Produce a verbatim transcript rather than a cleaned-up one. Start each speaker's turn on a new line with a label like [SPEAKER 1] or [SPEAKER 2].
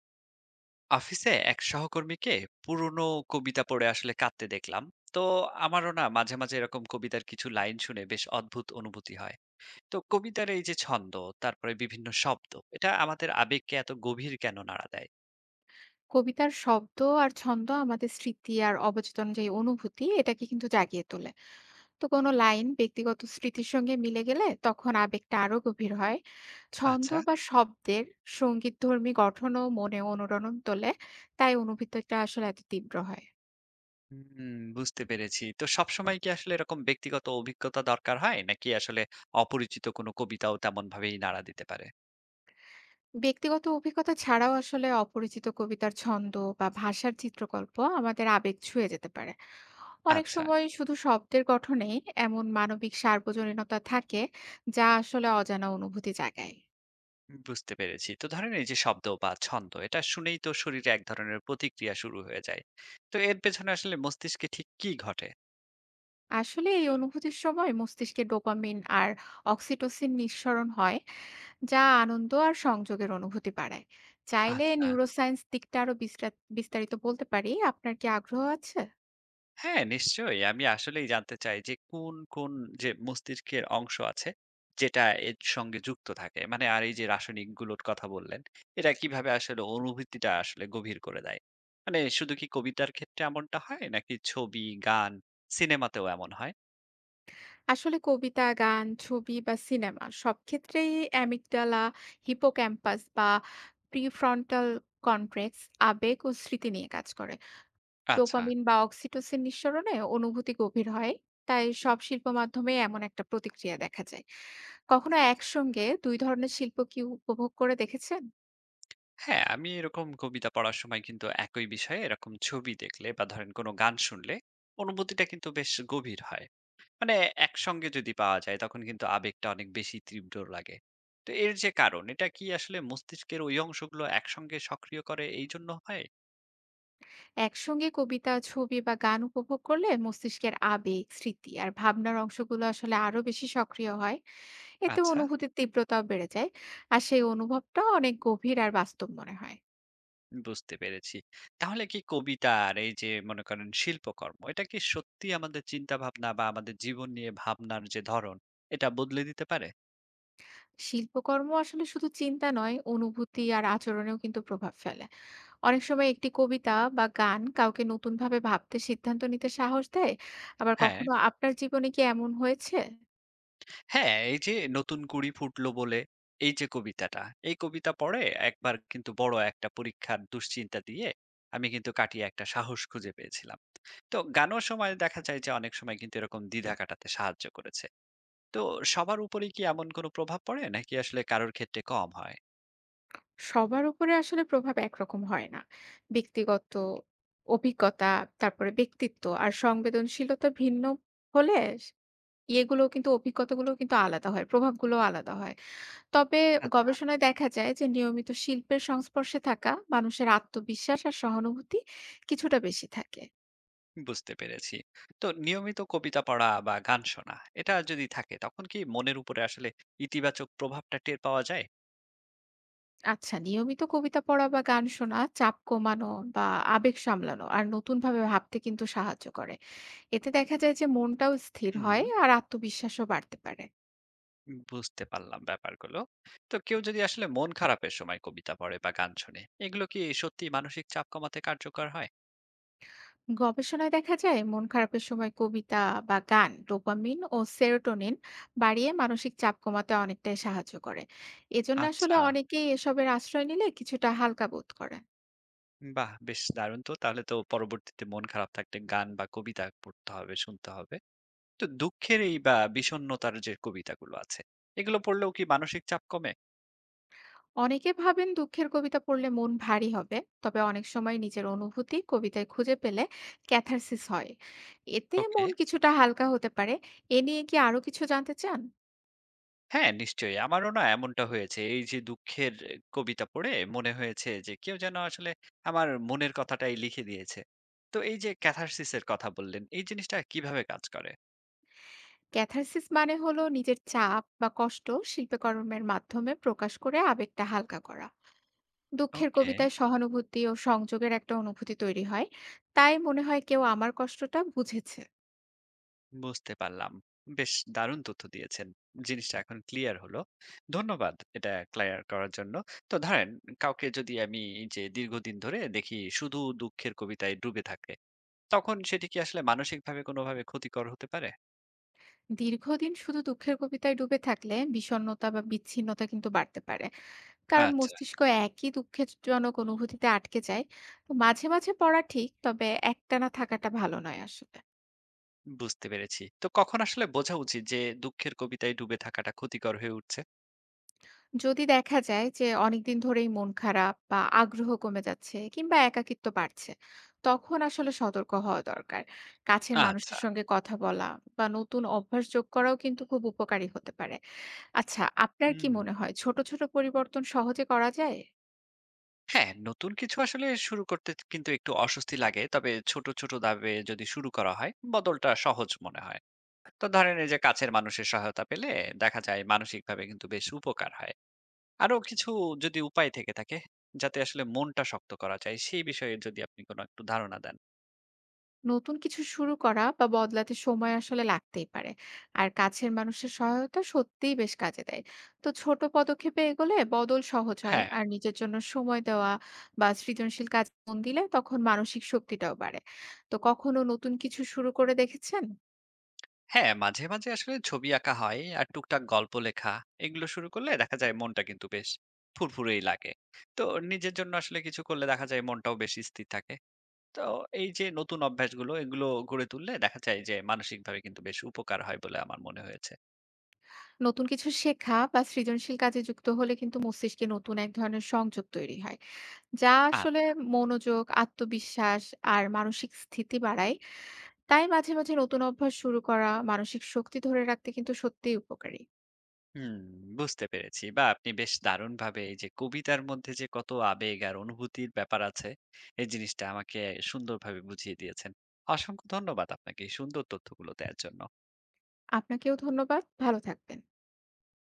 [SPEAKER 1] অফিসে এক সহকর্মীকে পুরনো কবিতা পড়ে আসলে কাঁদতে দেখলাম। তো আমারও না মাঝে মাঝে এরকম কবিতার কিছু লাইন শুনে বেশ অদ্ভুত অনুভূতি হয়। তো কবিতার এই যে ছন্দ, তারপরে বিভিন্ন শব্দ, এটা আমাদের আবেগকে এত গভীর কেন নাড়া দেয়?
[SPEAKER 2] কবিতার শব্দ আর ছন্দ আমাদের স্মৃতি আর অবচেতন যে অনুভূতি এটাকে কিন্তু জাগিয়ে তোলে। তো কোনো লাইন ব্যক্তিগত স্মৃতির সঙ্গে মিলে গেলে তখন আবেগটা আরো গভীর হয়। ছন্দ
[SPEAKER 1] আচ্ছা।
[SPEAKER 2] বা শব্দের সঙ্গীতধর্মী গঠনও মনে অনুরণন তোলে। তাই অনুভূতিটা আসলে এত তীব্র হয়।
[SPEAKER 1] হুম, বুঝতে পেরেছি। তো সবসময় কি আসলে এরকম ব্যক্তিগত অভিজ্ঞতা দরকার হয়, নাকি আসলে অপরিচিত কোনো কবিতাও তেমন ভাবেই নাড়া দিতে পারে?
[SPEAKER 2] ব্যক্তিগত অভিজ্ঞতা ছাড়াও আসলে অপরিচিত কবিতার ছন্দ বা ভাষার চিত্রকল্প আমাদের আবেগ ছুঁয়ে যেতে পারে। অনেক
[SPEAKER 1] আচ্ছা।
[SPEAKER 2] সময় শুধু শব্দের গঠনেই এমন মানবিক সার্বজনীনতা থাকে, যা আসলে অজানা অনুভূতি জাগায়।
[SPEAKER 1] বুঝতে পেরেছি। তো ধরেন এই যে শব্দ বা ছন্দ, এটা শুনেই তো শরীরে এক ধরনের প্রতিক্রিয়া শুরু হয়ে যায়। তো এর পেছনে আসলে মস্তিষ্কে ঠিক কি ঘটে?
[SPEAKER 2] আসলে এই অনুভূতির সময় মস্তিষ্কে ডোপামিন আর অক্সিটোসিন নিঃসরণ হয়, যা আনন্দ আর সংযোগের অনুভূতি বাড়ায়। চাইলে
[SPEAKER 1] আচ্ছা।
[SPEAKER 2] নিউরোসায়েন্স দিকটা আরো বিস্তার- বিস্তারিত বলতে পারি। আপনার কি আগ্রহ আছে?
[SPEAKER 1] হ্যাঁ, নিশ্চয়ই। আমি আসলেই জানতে চাই যে কোন, কোন যে মস্তিষ্কের অংশ আছে যেটা এর সঙ্গে যুক্ত থাকে? মানে আর এই যে রাসায়নিকগুলোর কথা বললেন, এরা কিভাবে আসলে অনুভূতিটা আসলে গভীর করে দেয়? মানে শুধু কি কবিতার ক্ষেত্রে এমনটা হয়? নাকি ছবি, গান, সিনেমাতেও এমন হয়?
[SPEAKER 2] আসলে কবিতা, গান, ছবি বা সিনেমা সব ক্ষেত্রেই অ্যামিগডালা, হিপোক্যাম্পাস বা প্রিফ্রন্টাল কর্টেক্স আবেগ ও স্মৃতি নিয়ে কাজ করে।
[SPEAKER 1] আচ্ছা।
[SPEAKER 2] ডোপামিন বা অক্সিটোসিন নিঃসরণে অনুভূতি গভীর হয়। তাই সব শিল্প মাধ্যমে এমন একটা প্রতিক্রিয়া দেখা যায়। কখনো একসঙ্গে দুই ধরনের শিল্প কি উপভোগ করে দেখেছেন?
[SPEAKER 1] হ্যাঁ, আমি এরকম কবিতা পড়ার সময় কিন্তু একই বিষয়ে এরকম ছবি দেখলে বা ধরেন কোনো গান শুনলে অনুভূতিটা কিন্তু বেশ গভীর হয়। মানে একসঙ্গে যদি পাওয়া যায় তখন কিন্তু আবেগটা অনেক বেশি তীব্র লাগে। তো এর যে কারণ, এটা কি আসলে মস্তিষ্কের ওই অংশগুলো একসঙ্গে সক্রিয় করে এইজন্য হয়?
[SPEAKER 2] একসঙ্গে কবিতা, ছবি বা গান উপভোগ করলে মস্তিষ্কের আবেগ, স্মৃতি আর ভাবনার অংশগুলো আসলে আরো বেশি সক্রিয় হয়। এতে
[SPEAKER 1] আচ্ছা,
[SPEAKER 2] অনুভূতির তীব্রতাও বেড়ে যায়, আর সেই অনুভবটা অনেক গভীর আর বাস্তব মনে হয়।
[SPEAKER 1] বুঝতে পেরেছি। তাহলে কি কবিতা আর এই যে মনে করেন শিল্পকর্ম, এটা কি সত্যি আমাদের চিন্তা ভাবনা বা আমাদের জীবন নিয়ে ভাবনার যে ধরন, এটা বদলে দিতে পারে?
[SPEAKER 2] শিল্পকর্ম আসলে শুধু চিন্তা নয়, অনুভূতি আর আচরণেও কিন্তু প্রভাব ফেলে। অনেক সময় একটি কবিতা বা গান কাউকে নতুন ভাবে ভাবতে, সিদ্ধান্ত নিতে সাহস দেয়। আবার
[SPEAKER 1] হ্যাঁ।
[SPEAKER 2] কখনো আপনার জীবনে কি এমন হয়েছে?
[SPEAKER 1] হ্যাঁ, এই যে নতুন কুড়ি ফুটলো বলে এই যে কবিতাটা, এই কবিতা পড়ে একবার কিন্তু বড় একটা পরীক্ষার দুশ্চিন্তা দিয়ে আমি কিন্তু কাটিয়ে একটা সাহস খুঁজে পেয়েছিলাম। তো গানের সময় দেখা যায় যে অনেক সময় কিন্তু এরকম দ্বিধা কাটাতে সাহায্য করেছে। তো সবার উপরেই কি এমন কোনো প্রভাব পড়ে, নাকি আসলে কারোর ক্ষেত্রে কম হয়?
[SPEAKER 2] সবার উপরে আসলে প্রভাব একরকম হয় না। ব্যক্তিগত অভিজ্ঞতা, তারপরে ব্যক্তিত্ব আর সংবেদনশীলতা ভিন্ন হলে এগুলো কিন্তু অভিজ্ঞতাগুলো কিন্তু আলাদা হয়, প্রভাবগুলো আলাদা হয়। তবে
[SPEAKER 1] আচ্ছা।
[SPEAKER 2] গবেষণায় দেখা যায় যে নিয়মিত শিল্পের সংস্পর্শে থাকা মানুষের আত্মবিশ্বাস আর সহানুভূতি কিছুটা বেশি থাকে।
[SPEAKER 1] বুঝতে পেরেছি। তো নিয়মিত কবিতা পড়া বা গান শোনা এটা যদি থাকে তখন কি মনের উপরে আসলে ইতিবাচক প্রভাবটা টের পাওয়া যায়?
[SPEAKER 2] আচ্ছা, নিয়মিত কবিতা পড়া বা গান শোনা চাপ কমানো বা আবেগ সামলানো আর নতুন ভাবে ভাবতে কিন্তু সাহায্য করে। এতে দেখা যায় যে মনটাও স্থির
[SPEAKER 1] হুম।
[SPEAKER 2] হয় আর আত্মবিশ্বাসও বাড়তে পারে।
[SPEAKER 1] বুঝতে পারলাম ব্যাপারগুলো। তো কেউ যদি আসলে মন খারাপের সময় কবিতা পড়ে বা গান শোনে, এগুলো কি সত্যি মানসিক চাপ কমাতে কার্যকর হয়?
[SPEAKER 2] গবেষণায় দেখা যায় মন খারাপের সময় কবিতা বা গান ডোপামিন ও সেরোটোনিন বাড়িয়ে মানসিক চাপ কমাতে অনেকটাই সাহায্য করে। এজন্য আসলে
[SPEAKER 1] আচ্ছা,
[SPEAKER 2] অনেকেই এসবের আশ্রয় নিলে কিছুটা হালকা বোধ করে।
[SPEAKER 1] বাহ! বেশ দারুণ তো। তাহলে তো পরবর্তীতে মন খারাপ থাকলে গান বা কবিতা পড়তে হবে, শুনতে হবে। তো দুঃখের এই বা বিষণ্ণতার যে কবিতাগুলো আছে, এগুলো পড়লেও কি মানসিক চাপ কমে?
[SPEAKER 2] অনেকে ভাবেন দুঃখের কবিতা পড়লে মন ভারী হবে, তবে অনেক সময় নিজের অনুভূতি কবিতায় খুঁজে পেলে ক্যাথারসিস হয়। এতে
[SPEAKER 1] ওকে।
[SPEAKER 2] মন কিছুটা হালকা হতে পারে। এ নিয়ে কি আরো কিছু জানতে চান?
[SPEAKER 1] হ্যাঁ, নিশ্চয়ই। আমারও না এমনটা হয়েছে। এই যে দুঃখের কবিতা পড়ে মনে হয়েছে যে কেউ যেন আসলে আমার মনের কথাটাই লিখে দিয়েছে। তো এই যে ক্যাথারসিস এর কথা বললেন, এই জিনিসটা কিভাবে কাজ করে?
[SPEAKER 2] ক্যাথারসিস মানে হলো নিজের চাপ বা কষ্ট শিল্পকর্মের মাধ্যমে প্রকাশ করে আবেগটা হালকা করা। দুঃখের
[SPEAKER 1] ওকে,
[SPEAKER 2] কবিতায় সহানুভূতি ও সংযোগের একটা অনুভূতি তৈরি হয়। তাই মনে হয় কেউ আমার কষ্টটা বুঝেছে।
[SPEAKER 1] বুঝতে পারলাম। বেশ দারুণ তথ্য দিয়েছেন। জিনিসটা এখন ক্লিয়ার হলো। ধন্যবাদ এটা ক্লিয়ার করার জন্য। তো ধরেন কাউকে যদি আমি এই যে দীর্ঘদিন ধরে দেখি শুধু দুঃখের কবিতায় ডুবে থাকে, তখন সেটি কি আসলে মানসিকভাবে কোনোভাবে ক্ষতিকর হতে পারে?
[SPEAKER 2] দীর্ঘদিন শুধু দুঃখের কবিতায় ডুবে থাকলে বিষণ্ণতা বা বিচ্ছিন্নতা কিন্তু বাড়তে পারে, কারণ
[SPEAKER 1] আচ্ছা।
[SPEAKER 2] মস্তিষ্ক একই দুঃখজনক অনুভূতিতে আটকে যায়। তো মাঝে, মাঝে পড়া ঠিক, তবে একটানা থাকাটা ভালো নয় আসলে।
[SPEAKER 1] বুঝতে পেরেছি। তো কখন আসলে বোঝা উচিত যে দুঃখের কবিতায় ডুবে থাকাটা ক্ষতিকর হয়ে উঠছে?
[SPEAKER 2] যদি দেখা যায় যে অনেকদিন ধরেই মন খারাপ বা আগ্রহ কমে যাচ্ছে কিংবা একাকিত্ব বাড়ছে, তখন আসলে সতর্ক হওয়া দরকার। কাছের
[SPEAKER 1] আচ্ছা।
[SPEAKER 2] মানুষের সঙ্গে কথা বলা বা নতুন অভ্যাস যোগ করাও কিন্তু খুব উপকারী হতে পারে। আচ্ছা, আপনার কি
[SPEAKER 1] হুম।
[SPEAKER 2] মনে হয় ছোট, ছোট পরিবর্তন সহজে করা যায়?
[SPEAKER 1] হ্যাঁ, নতুন কিছু আসলে শুরু করতে কিন্তু একটু অস্বস্তি লাগে। তবে ছোট, ছোট ধাপে যদি শুরু করা হয়, বদলটা সহজ মনে হয়। তো ধরেন এই যে কাছের মানুষের সহায়তা পেলে দেখা যায় মানসিকভাবে কিন্তু বেশ উপকার হয়। আরো কিছু যদি উপায় থেকে থাকে, যাতে আসলে মনটা শক্ত করা যায়, সেই বিষয়ে যদি আপনি কোনো একটু ধারণা দেন।
[SPEAKER 2] নতুন কিছু শুরু করা বা বদলাতে সময় আসলে লাগতেই পারে, আর কাছের মানুষের সহায়তা সত্যিই বেশ কাজে দেয়। তো ছোট পদক্ষেপে এগোলে বদল সহজ হয়,
[SPEAKER 1] হ্যাঁ।
[SPEAKER 2] আর নিজের জন্য সময় দেওয়া বা সৃজনশীল কাজ মন দিলে তখন মানসিক শক্তিটাও বাড়ে। তো কখনো নতুন কিছু শুরু করে দেখেছেন?
[SPEAKER 1] হ্যাঁ, মাঝে, মাঝে আসলে ছবি আঁকা হয় আর টুকটাক গল্প লেখা, এগুলো শুরু করলে দেখা যায় মনটা কিন্তু বেশ ফুরফুরেই লাগে। তো নিজের জন্য আসলে কিছু করলে দেখা যায় মনটাও বেশি স্থির থাকে। তো এই যে নতুন অভ্যাসগুলো, এগুলো গড়ে তুললে দেখা যায় যে মানসিকভাবে কিন্তু বেশ উপকার হয় বলে আমার মনে হয়েছে।
[SPEAKER 2] নতুন কিছু শেখা বা সৃজনশীল কাজে যুক্ত হলে কিন্তু মস্তিষ্কে নতুন এক ধরনের সংযোগ তৈরি হয়, যা আসলে
[SPEAKER 1] আচ্ছা।
[SPEAKER 2] মনোযোগ, আত্মবিশ্বাস আর মানসিক স্থিতি বাড়ায়। তাই মাঝে, মাঝে নতুন অভ্যাস শুরু করা মানসিক শক্তি ধরে রাখতে কিন্তু সত্যিই উপকারী।
[SPEAKER 1] হুম, বুঝতে পেরেছি। বা আপনি বেশ দারুণভাবে এই যে কবিতার মধ্যে যে কত আবেগ আর অনুভূতির ব্যাপার আছে, এই জিনিসটা আমাকে সুন্দরভাবে বুঝিয়ে দিয়েছেন। অসংখ্য ধন্যবাদ আপনাকে এই সুন্দর তথ্যগুলো দেয়ার জন্য।
[SPEAKER 2] আপনাকেও ধন্যবাদ। ভালো থাকবেন।